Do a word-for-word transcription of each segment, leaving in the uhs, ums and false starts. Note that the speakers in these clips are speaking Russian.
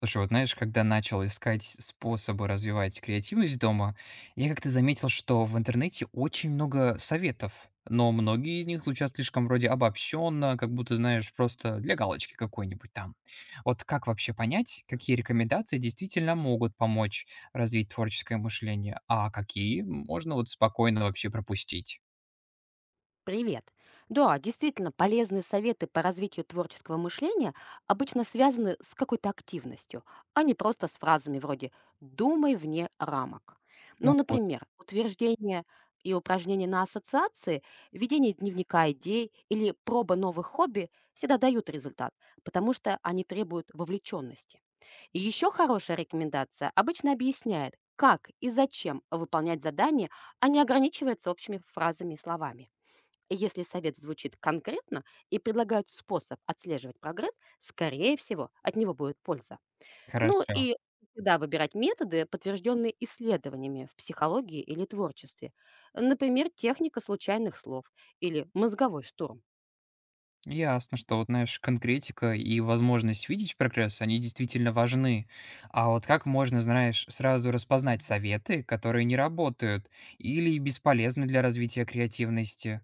Слушай, вот знаешь, когда начал искать способы развивать креативность дома, я как-то заметил, что в интернете очень много советов, но многие из них звучат слишком вроде обобщенно, как будто, знаешь, просто для галочки какой-нибудь там. Вот как вообще понять, какие рекомендации действительно могут помочь развить творческое мышление, а какие можно вот спокойно вообще пропустить? Привет. Да, действительно, полезные советы по развитию творческого мышления обычно связаны с какой-то активностью, а не просто с фразами вроде «думай вне рамок». Ну, Ну вот, например, утверждение и упражнения на ассоциации, ведение дневника идей или проба новых хобби всегда дают результат, потому что они требуют вовлеченности. И еще хорошая рекомендация обычно объясняет, как и зачем выполнять задание, а не ограничивается общими фразами и словами. Если совет звучит конкретно и предлагают способ отслеживать прогресс, скорее всего, от него будет польза. Ну хорошо. и всегда выбирать методы, подтвержденные исследованиями в психологии или творчестве. Например, техника случайных слов или мозговой штурм. Ясно, что вот, знаешь, конкретика и возможность видеть прогресс, они действительно важны. А вот как можно, знаешь, сразу распознать советы, которые не работают или бесполезны для развития креативности?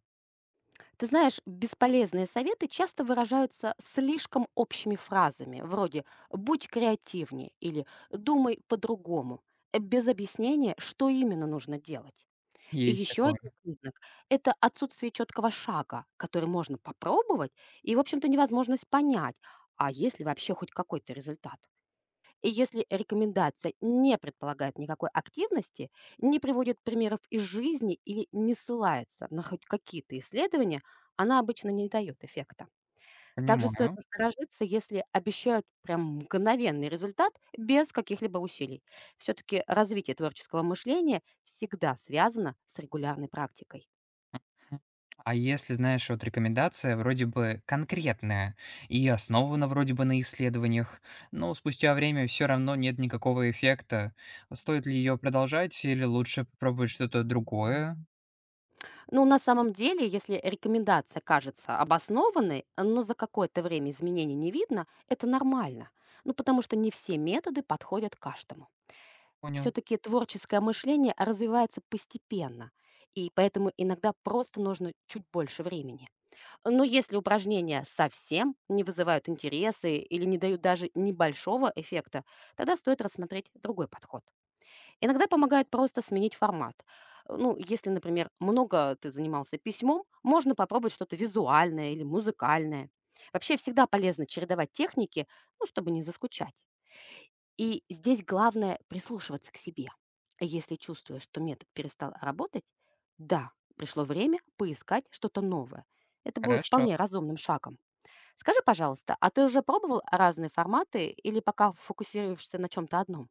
Ты знаешь, бесполезные советы часто выражаются слишком общими фразами, вроде «будь креативнее» или «думай по-другому», э, без объяснения, что именно нужно делать. И Есть еще такое, один признак — это отсутствие четкого шага, который можно попробовать, и, в общем-то, невозможность понять, а есть ли вообще хоть какой-то результат. И если рекомендация не предполагает никакой активности, не приводит примеров из жизни или не ссылается на хоть какие-то исследования, она обычно не дает эффекта. Также стоит понимаю. насторожиться, если обещают прям мгновенный результат без каких-либо усилий. Все-таки развитие творческого мышления всегда связано с регулярной практикой. Мгм. А если, знаешь, вот рекомендация вроде бы конкретная и основана вроде бы на исследованиях, но спустя время все равно нет никакого эффекта, стоит ли ее продолжать или лучше попробовать что-то другое? Ну, на самом деле, если рекомендация кажется обоснованной, но за какое-то время изменений не видно, это нормально. Ну, потому что не все методы подходят каждому. Понял. Все-таки творческое мышление развивается постепенно, и поэтому иногда просто нужно чуть больше времени. Но если упражнения совсем не вызывают интересы или не дают даже небольшого эффекта, тогда стоит рассмотреть другой подход. Иногда помогает просто сменить формат. Э, Ну, если, например, много ты занимался письмом, можно попробовать что-то визуальное или музыкальное. Вообще всегда полезно чередовать техники, ну, чтобы не заскучать. И здесь главное прислушиваться к себе. Если чувствуешь, что метод перестал работать, да, пришло время поискать что-то новое. Это будет Хорошо. вполне разумным шагом. Скажи, пожалуйста, а ты уже пробовал разные форматы или пока фокусируешься на чем-то одном?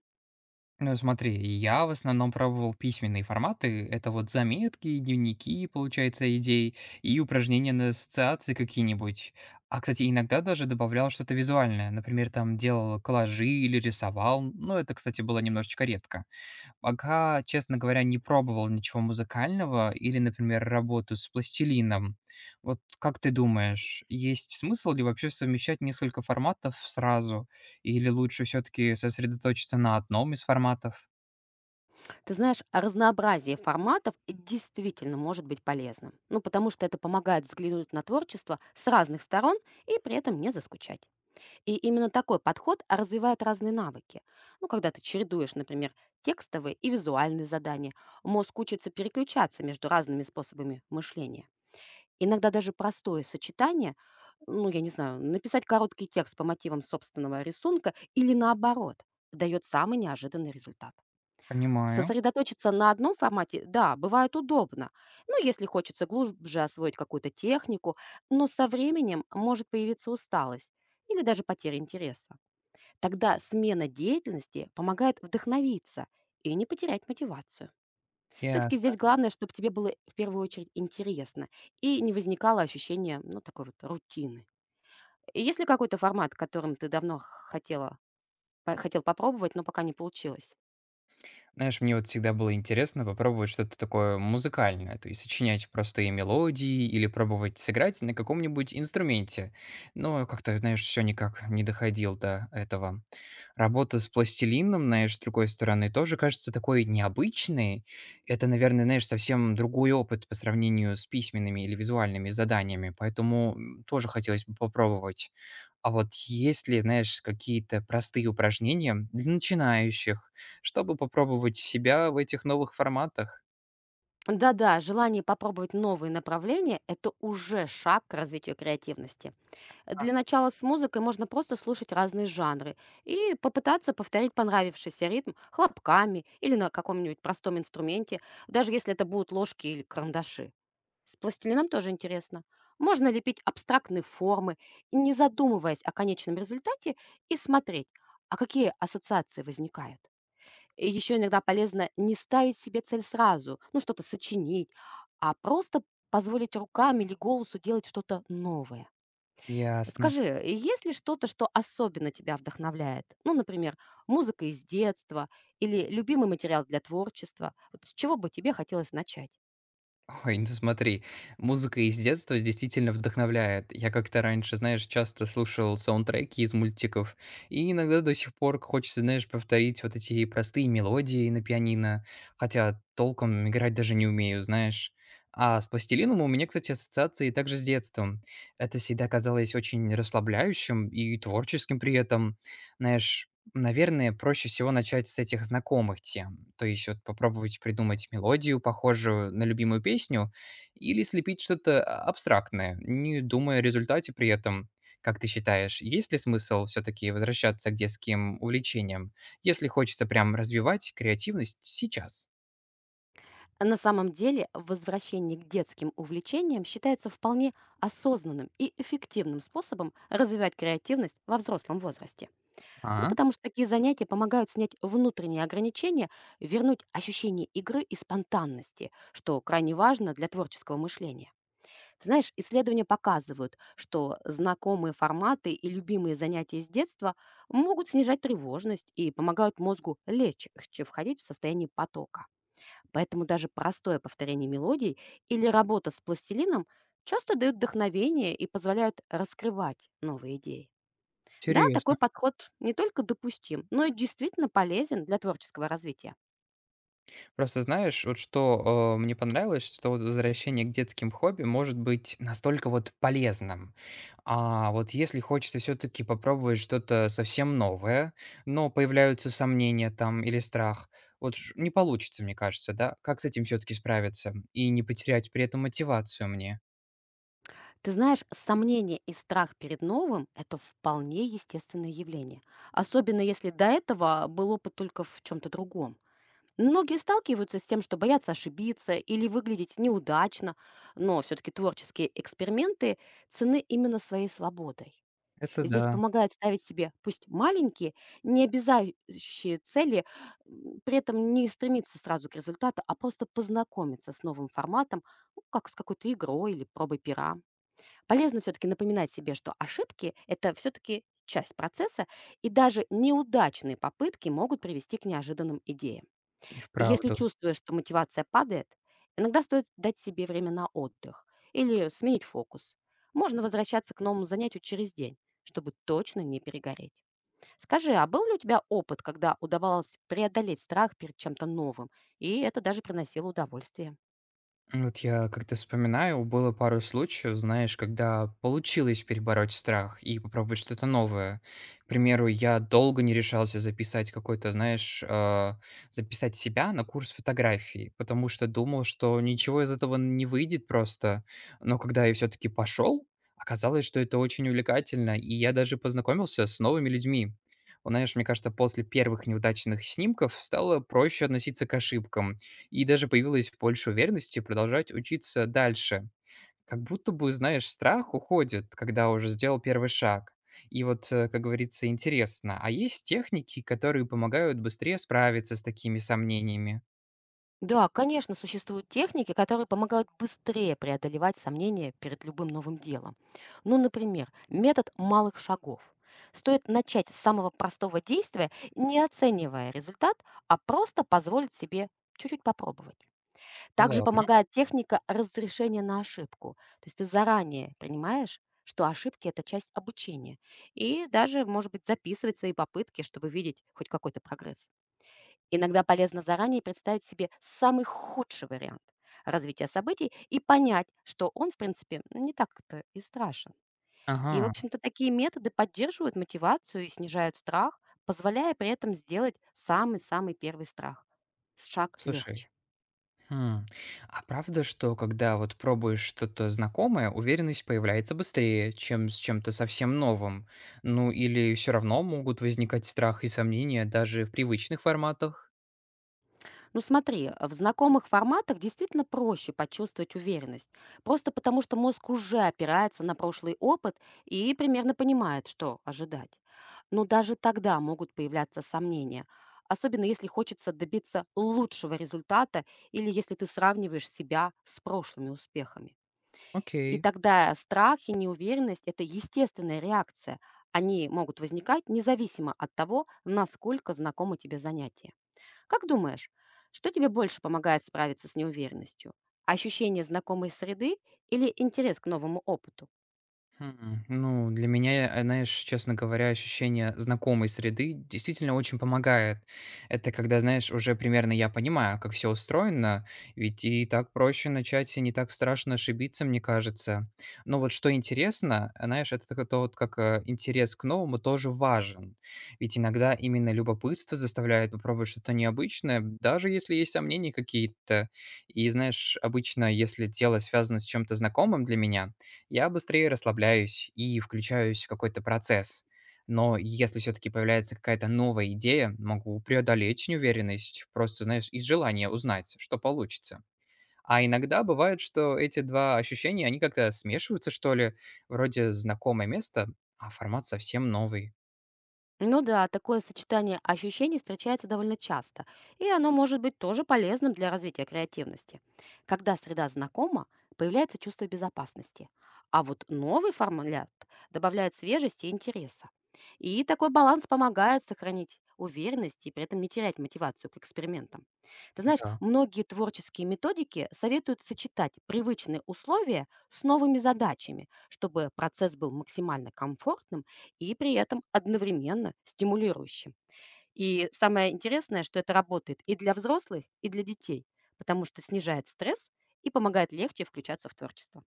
Ну, смотри, я в основном пробовал письменные форматы. Это вот заметки, дневники, получается, идей и упражнения на ассоциации какие-нибудь. А, кстати, иногда даже добавлял что-то визуальное. Например, там делал коллажи или рисовал. Но это, кстати, было немножечко редко. Пока, честно говоря, не пробовал ничего музыкального или, например, работу с пластилином. Вот как ты думаешь, есть смысл ли вообще совмещать несколько форматов сразу? Или лучше все-таки сосредоточиться на одном из форматов? Ты знаешь, разнообразие форматов действительно может быть полезным. Ну, потому что это помогает взглянуть на творчество с разных сторон и при этом не заскучать. И именно такой подход развивает разные навыки. Ну, когда ты чередуешь, например, текстовые и визуальные задания, мозг учится переключаться между разными способами мышления. Иногда даже простое сочетание, ну, я не знаю, написать короткий текст по мотивам собственного рисунка или наоборот, дает самый неожиданный результат. Понимаю. Сосредоточиться на одном формате, да, бывает удобно, ну, если хочется глубже освоить какую-то технику, но со временем может появиться усталость или даже потеря интереса. Тогда смена деятельности помогает вдохновиться и не потерять мотивацию. Все-таки здесь Ясно. главное, чтобы тебе было в первую очередь интересно и не возникало ощущения, ну, такой вот рутины. И есть ли какой-то формат, которым ты давно хотела, по- хотел попробовать, но пока не получилось? Знаешь, мне вот всегда было интересно попробовать что-то такое музыкальное, то есть сочинять простые мелодии или пробовать сыграть на каком-нибудь инструменте. Но как-то, знаешь, все никак не доходил до этого. Работа с пластилином, знаешь, с другой стороны, тоже кажется такой необычной. Это, наверное, знаешь, совсем другой опыт по сравнению с письменными или визуальными заданиями, поэтому м, тоже хотелось бы попробовать. А вот есть ли, знаешь, какие-то простые упражнения для начинающих, чтобы попробовать себя в этих новых форматах? Да-да, желание попробовать новые направления — это уже шаг к развитию креативности. А, Для начала с музыкой можно просто слушать разные жанры и попытаться повторить понравившийся ритм хлопками или на каком-нибудь простом инструменте, даже если это будут ложки или карандаши. С пластилином тоже интересно. Можно лепить абстрактные формы, не задумываясь о конечном результате, и смотреть, а какие ассоциации возникают. Еще иногда полезно не ставить себе цель сразу, ну что-то сочинить, а просто позволить рукам или голосу делать что-то новое. ясно. Скажи, есть ли что-то, что особенно тебя вдохновляет? Ну, например, музыка из детства или любимый материал для творчества? Вот с чего бы тебе хотелось начать? Ой, ну смотри, музыка из детства действительно вдохновляет. Я как-то раньше, знаешь, часто слушал саундтреки из мультиков, и иногда до сих пор хочется, знаешь, повторить вот эти простые мелодии на пианино, хотя толком играть даже не умею, знаешь. А с пластилином у меня, кстати, ассоциации также с детством. Это всегда казалось очень расслабляющим и творческим при этом. Знаешь, наверное, проще всего начать с этих знакомых тем, то есть вот попробовать придумать мелодию, похожую на любимую песню, или слепить что-то а, абстрактное, не думая о результате при этом. Как ты считаешь, есть ли смысл все-таки возвращаться к детским увлечениям, если хочется прям развивать креативность сейчас? На самом деле, возвращение к детским увлечениям считается вполне осознанным и эффективным способом развивать креативность во взрослом возрасте. Ну, А, потому что такие занятия помогают снять внутренние ограничения, вернуть ощущение игры и спонтанности, что крайне важно для творческого мышления. Ты знаешь, исследования показывают, что знакомые форматы и любимые занятия с детства могут снижать тревожность и помогают мозгу легче входить в состояние потока. Поэтому даже простое повторение мелодий или работа с пластилином часто дают вдохновение и позволяют раскрывать новые идеи. Да, интересно. такой подход не только допустим, но и действительно полезен для творческого развития. Просто знаешь, вот что, э, мне понравилось, что вот возвращение к детским хобби может быть настолько вот полезным. А вот если хочется все-таки попробовать что-то совсем новое, но появляются сомнения там или страх, вот ж- не получится, мне кажется, да? Как с этим все-таки справиться и не потерять при этом мотивацию мне? Ты знаешь, сомнение и страх перед новым — это вполне естественное явление, особенно если до этого был опыт только в чем-то другом. Многие сталкиваются с тем, что боятся ошибиться или выглядеть неудачно, но все-таки творческие эксперименты цены именно своей свободой. Это Здесь да, помогает ставить себе, пусть маленькие, необязающие цели, м, при этом не стремиться сразу к результату, а просто познакомиться с новым форматом, ну, как с какой-то игрой или пробой пера. Полезно все-таки напоминать себе, что ошибки — это все-таки часть процесса, и даже неудачные попытки могут привести к неожиданным идеям. и И если вправду. чувствуешь, что мотивация падает, иногда стоит дать себе время на отдых или сменить фокус. Можно возвращаться к новому занятию через день, чтобы точно не перегореть. Скажи, а был ли у тебя опыт, когда удавалось преодолеть страх перед чем-то новым, и это даже приносило удовольствие? Вот я как-то вспоминаю, было пару случаев, знаешь, когда получилось перебороть страх и попробовать что-то новое. К примеру, я долго не решался записать какой-то, знаешь, э, записать себя на курс фотографии, потому что думал, что ничего из этого не выйдет просто. Но когда я все-таки пошел, оказалось, что это очень увлекательно, и я даже познакомился с новыми людьми. Вот знаешь, мне кажется, после первых неудачных снимков стало проще относиться к ошибкам и даже появилось больше уверенности продолжать учиться дальше. Как будто бы, знаешь, страх уходит, когда уже сделал первый шаг. И вот, э, как говорится, интересно, а есть техники, которые помогают быстрее справиться с такими сомнениями? Да, конечно, существуют техники, которые помогают быстрее преодолевать сомнения перед любым новым делом. Ну, например, метод малых шагов. Стоит начать с самого простого действия, не оценивая результат, а просто позволить себе чуть-чуть попробовать. Также Ладно. помогает техника разрешения на ошибку. То есть ты заранее принимаешь, что ошибки — это часть обучения. И даже, может быть, записывать свои попытки, чтобы видеть хоть какой-то прогресс. Иногда полезно заранее представить себе самый худший вариант развития событий и понять, что он, в принципе, не так-то и страшен. И, в Ага. общем-то, такие методы поддерживают мотивацию и снижают страх, позволяя при этом сделать самый-самый первый страх. Шаг Слушай, легче. хм, а правда, что когда вот пробуешь что-то знакомое, уверенность появляется быстрее, чем с чем-то совсем новым? Ну или все равно могут возникать страх и сомнения даже в привычных форматах? Ну смотри, а в знакомых форматах действительно проще почувствовать уверенность, просто потому что мозг уже опирается на прошлый опыт и примерно понимает, что ожидать. Но даже тогда могут появляться сомнения, особенно если хочется добиться лучшего результата или если ты сравниваешь себя с прошлыми успехами. И Окей. тогда страх и неуверенность — это естественная реакция. Они могут возникать независимо от того, насколько знакомо тебе занятие. Как думаешь, что тебе больше помогает справиться с неуверенностью? Ощущение знакомой среды или интерес к новому опыту? Хм, ну, для меня, э, знаешь, честно говоря, ощущение знакомой среды действительно очень помогает. Это когда, знаешь, уже примерно я понимаю, как все устроено, ведь и так проще начать, и не так страшно ошибиться, мне кажется. Но вот что интересно, э, знаешь, это так- это вот как э, интерес к новому тоже важен. Ведь иногда именно любопытство заставляет попробовать что-то необычное, даже если есть сомнения какие-то. И, знаешь, обычно, если дело связано с чем-то знакомым для меня, я быстрее расслабляюсь и включаюсь в какой-то процесс. Но если все-таки появляется какая-то новая идея, могу преодолеть неуверенность, просто, знаешь, из желания узнать, что получится. А иногда бывает, что эти два ощущения, они как-то смешиваются, что ли, вроде знакомое место, а формат совсем новый. Ну да, такое сочетание ощущений встречается довольно часто, и оно может быть тоже полезным для развития креативности. Когда среда знакома, появляется чувство безопасности, а вот новый формат добавляет свежести и интереса. И такой баланс помогает сохранить уверенность и при этом не терять мотивацию к экспериментам. Ты знаешь, Да, многие творческие методики советуют сочетать привычные условия с новыми задачами, чтобы процесс был максимально комфортным и при этом одновременно стимулирующим. И самое интересное, что это работает и для взрослых, и для детей, потому что снижает стресс и помогает легче включаться в творчество.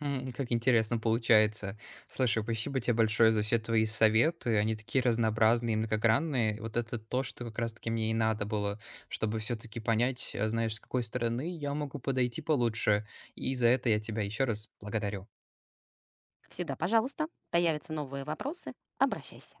м, как интересно получается. Слушай, спасибо тебе большое за все твои советы. Они такие разнообразные и многогранные. Вот это то, что как раз-таки мне и надо было, чтобы все-таки понять, э, знаешь, с какой стороны я могу подойти получше. И за это я тебя еще раз благодарю. Всегда, пожалуйста, появятся новые вопросы, обращайся.